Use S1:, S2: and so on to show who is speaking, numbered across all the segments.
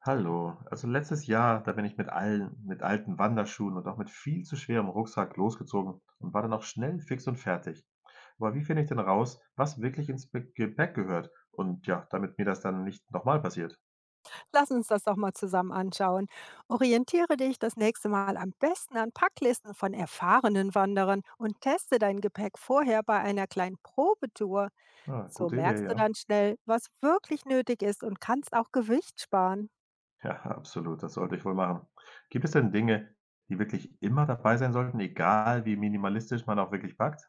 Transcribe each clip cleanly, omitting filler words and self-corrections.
S1: Hallo. Also letztes Jahr, da bin ich mit alten Wanderschuhen und auch mit viel zu schwerem Rucksack losgezogen und war dann auch schnell fix und fertig. Aber wie finde ich denn raus, was wirklich ins Gepäck gehört? Und ja, damit mir das dann nicht nochmal passiert.
S2: Lass uns das doch mal zusammen anschauen. Orientiere dich das nächste Mal am besten an Packlisten von erfahrenen Wanderern und teste dein Gepäck vorher bei einer kleinen Probetour.
S1: Ah,
S2: So
S1: gute Idee,
S2: merkst du
S1: ja.
S2: dann schnell, was wirklich nötig ist und kannst auch Gewicht sparen.
S1: Ja, absolut. Das sollte ich wohl machen. Gibt es denn Dinge, die wirklich immer dabei sein sollten, egal wie minimalistisch man auch wirklich packt?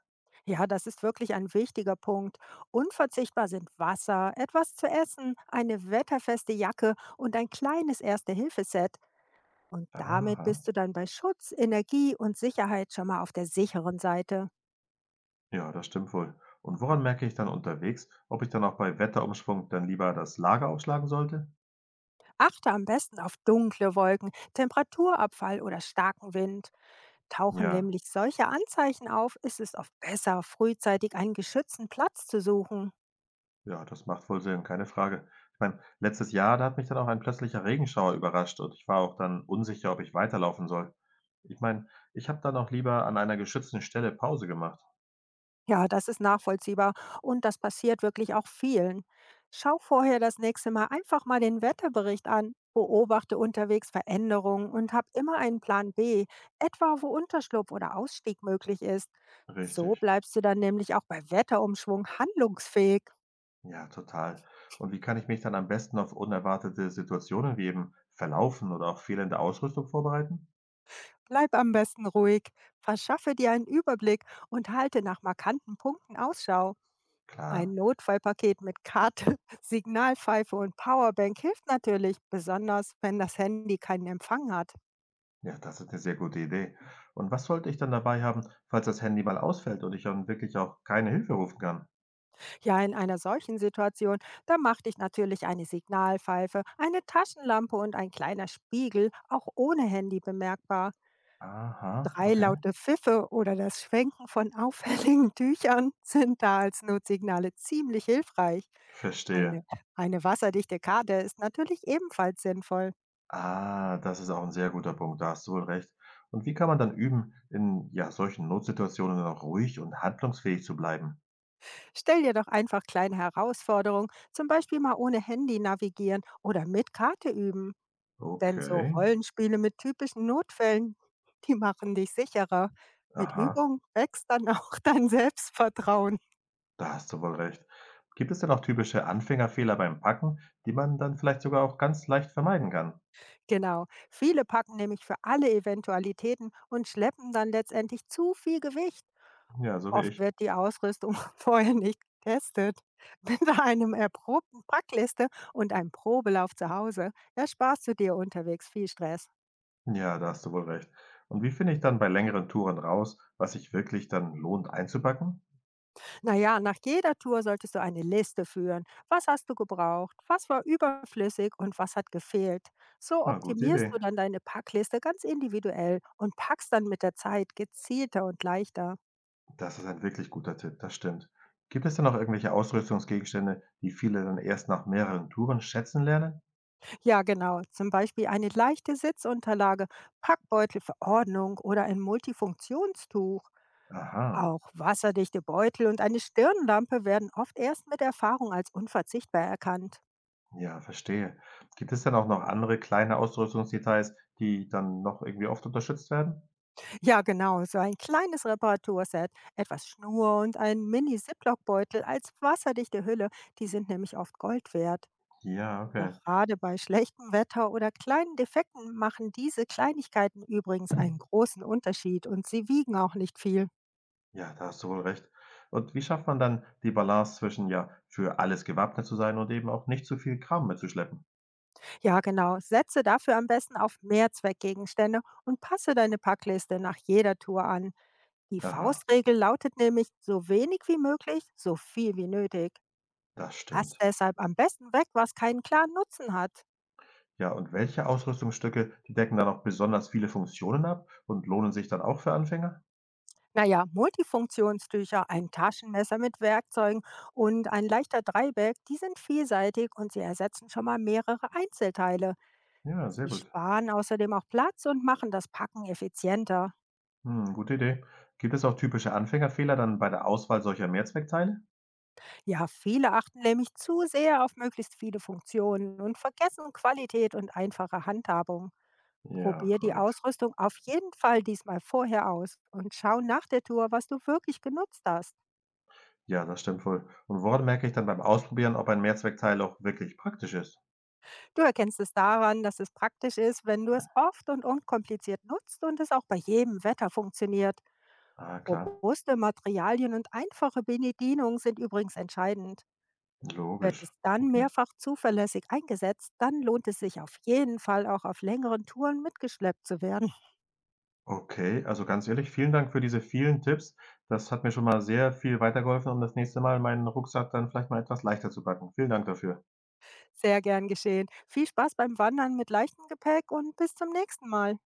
S2: Ja, das ist wirklich ein wichtiger Punkt. Unverzichtbar sind Wasser, etwas zu essen, eine wetterfeste Jacke und ein kleines Erste-Hilfe-Set. Und damit
S1: Aha.
S2: bist du dann bei Schutz, Energie und Sicherheit schon mal auf der sicheren Seite.
S1: Ja, das stimmt wohl. Und woran merke ich dann unterwegs, ob ich dann auch bei Wetterumschwung dann lieber das Lager aufschlagen sollte?
S2: Achte am besten auf dunkle Wolken, Temperaturabfall oder starken Wind. Tauchen
S1: Ja,
S2: nämlich solche Anzeichen auf, ist es oft besser, frühzeitig einen geschützten Platz zu suchen.
S1: ja, das macht wohl Sinn, keine Frage. Ich meine, letztes Jahr, da hat mich dann auch ein plötzlicher Regenschauer überrascht und ich war auch dann unsicher, ob ich weiterlaufen soll. Ich meine, ich habe dann auch lieber an einer geschützten Stelle Pause gemacht.
S2: Ja, das ist nachvollziehbar und das passiert wirklich auch vielen. Schau vorher das nächste Mal einfach mal den Wetterbericht an, beobachte unterwegs Veränderungen und hab immer einen Plan B, etwa wo Unterschlupf oder Ausstieg möglich ist. So
S1: Richtig.
S2: bleibst du dann nämlich auch bei Wetterumschwung handlungsfähig.
S1: Ja, total. Und wie kann ich mich dann am besten auf unerwartete Situationen wie eben Verlaufen oder auch fehlende Ausrüstung vorbereiten?
S2: Bleib am besten ruhig, verschaffe dir einen Überblick und halte nach markanten Punkten Ausschau. Ein
S1: Klar.
S2: Notfallpaket mit Karte, Signalpfeife und Powerbank hilft natürlich, besonders wenn das Handy keinen Empfang hat.
S1: Ja, das ist eine sehr gute Idee. Und was sollte ich dann dabei haben, falls das Handy mal ausfällt und ich dann wirklich auch keine Hilfe rufen kann?
S2: Ja, in einer solchen Situation, da macht dich natürlich eine Signalpfeife, eine Taschenlampe und ein kleiner Spiegel auch ohne Handy bemerkbar.
S1: Aha,
S2: 3
S1: okay.
S2: laute Pfiffe oder das Schwenken von auffälligen Tüchern sind da als Notsignale ziemlich hilfreich. Eine,
S1: Verstehe.
S2: eine wasserdichte Karte ist natürlich ebenfalls sinnvoll.
S1: Ah, das ist auch ein sehr guter Punkt, da hast du wohl recht. Und wie kann man dann üben, in, ja, solchen Notsituationen dann auch ruhig und handlungsfähig zu bleiben?
S2: Stell dir doch einfach kleine Herausforderungen, zum Beispiel mal ohne Handy navigieren oder mit Karte üben. Denn so
S1: Okay,
S2: Rollenspiele mit typischen Notfällen, die machen dich sicherer. Mit
S1: aha,
S2: Übung wächst dann auch dein Selbstvertrauen.
S1: da hast du wohl recht. Gibt es denn auch typische Anfängerfehler beim Packen, die man dann vielleicht sogar auch ganz leicht vermeiden kann?
S2: Genau. Viele packen nämlich für alle Eventualitäten und schleppen dann letztendlich zu viel Gewicht.
S1: Ja, so wie
S2: Oft
S1: ich.
S2: wird die Ausrüstung vorher nicht getestet. Mit einem erprobten Packliste und einem Probelauf zu Hause ersparst du dir unterwegs viel Stress.
S1: Ja, da hast du wohl recht. Und wie finde ich dann bei längeren Touren raus, was sich wirklich dann lohnt einzupacken?
S2: Naja, nach jeder Tour solltest du eine Liste führen. Was hast du gebraucht? Was war überflüssig und was hat gefehlt? So
S1: Ah, gute
S2: optimierst
S1: Idee.
S2: du dann deine Packliste ganz individuell und packst dann mit der Zeit gezielter und leichter.
S1: Das ist ein wirklich guter Tipp, das stimmt. Gibt es denn noch irgendwelche Ausrüstungsgegenstände, die viele dann erst nach mehreren Touren schätzen lernen?
S2: Ja, genau. Zum Beispiel eine leichte Sitzunterlage, Packbeutel für Ordnung oder ein Multifunktionstuch.
S1: Aha,
S2: Auch wasserdichte Beutel und eine Stirnlampe werden oft erst mit Erfahrung als unverzichtbar erkannt.
S1: ja, verstehe. Gibt es denn auch noch andere kleine Ausrüstungsdetails, die dann noch irgendwie oft unterstützt werden?
S2: Ja, genau, so ein kleines Reparaturset, etwas Schnur und ein Mini-Ziploc-Beutel als wasserdichte Hülle, die sind nämlich oft Gold wert.
S1: Ja, okay.
S2: Gerade bei schlechtem Wetter oder kleinen Defekten machen diese Kleinigkeiten übrigens einen großen Unterschied und sie wiegen auch nicht viel.
S1: Ja, da hast du wohl recht. Und wie schafft man dann die Balance zwischen, ja, für alles gewappnet zu sein und eben auch nicht zu viel Kram mitzuschleppen?
S2: Ja, genau. Setze dafür am besten auf Mehrzweckgegenstände und passe deine Packliste nach jeder Tour an. Die
S1: Aha,
S2: Faustregel lautet nämlich so wenig wie möglich, so viel wie nötig.
S1: das
S2: Lass
S1: stimmt.
S2: deshalb am besten weg, was keinen klaren Nutzen hat.
S1: Ja, und welche Ausrüstungsstücke, die decken dann auch besonders viele Funktionen ab und lohnen sich dann auch für Anfänger?
S2: Naja, Multifunktionstücher, ein Taschenmesser mit Werkzeugen und ein leichter Dreiberg, die sind vielseitig und sie ersetzen schon mal mehrere Einzelteile.
S1: Ja, sehr
S2: Sie
S1: gut.
S2: sparen außerdem auch Platz und machen das Packen effizienter.
S1: Hm, gute Idee. Gibt es auch typische Anfängerfehler dann bei der Auswahl solcher Mehrzweckteile?
S2: Ja, viele achten nämlich zu sehr auf möglichst viele Funktionen und vergessen Qualität und einfache Handhabung.
S1: Ja,
S2: Probier die
S1: korrekt.
S2: Ausrüstung auf jeden Fall diesmal vorher aus und schau nach der Tour, was du wirklich genutzt hast.
S1: Ja, das stimmt wohl. Und woran merke ich dann beim Ausprobieren, ob ein Mehrzweckteil auch wirklich praktisch ist?
S2: Du erkennst es daran, dass es praktisch ist, wenn du es oft und unkompliziert nutzt und es auch bei jedem Wetter funktioniert.
S1: Ah, klar.
S2: Robuste Materialien und einfache Bedienung sind übrigens entscheidend. Wird es
S1: Logisch.
S2: dann
S1: Okay.
S2: mehrfach zuverlässig eingesetzt, dann lohnt es sich auf jeden Fall auch auf längeren Touren mitgeschleppt zu werden.
S1: Okay, also ganz ehrlich, vielen Dank für diese vielen Tipps. Das hat mir schon mal sehr viel weitergeholfen, um das nächste Mal meinen Rucksack dann vielleicht mal etwas leichter zu packen. Vielen Dank dafür.
S2: Sehr gern geschehen. Viel Spaß beim Wandern mit leichtem Gepäck und bis zum nächsten Mal.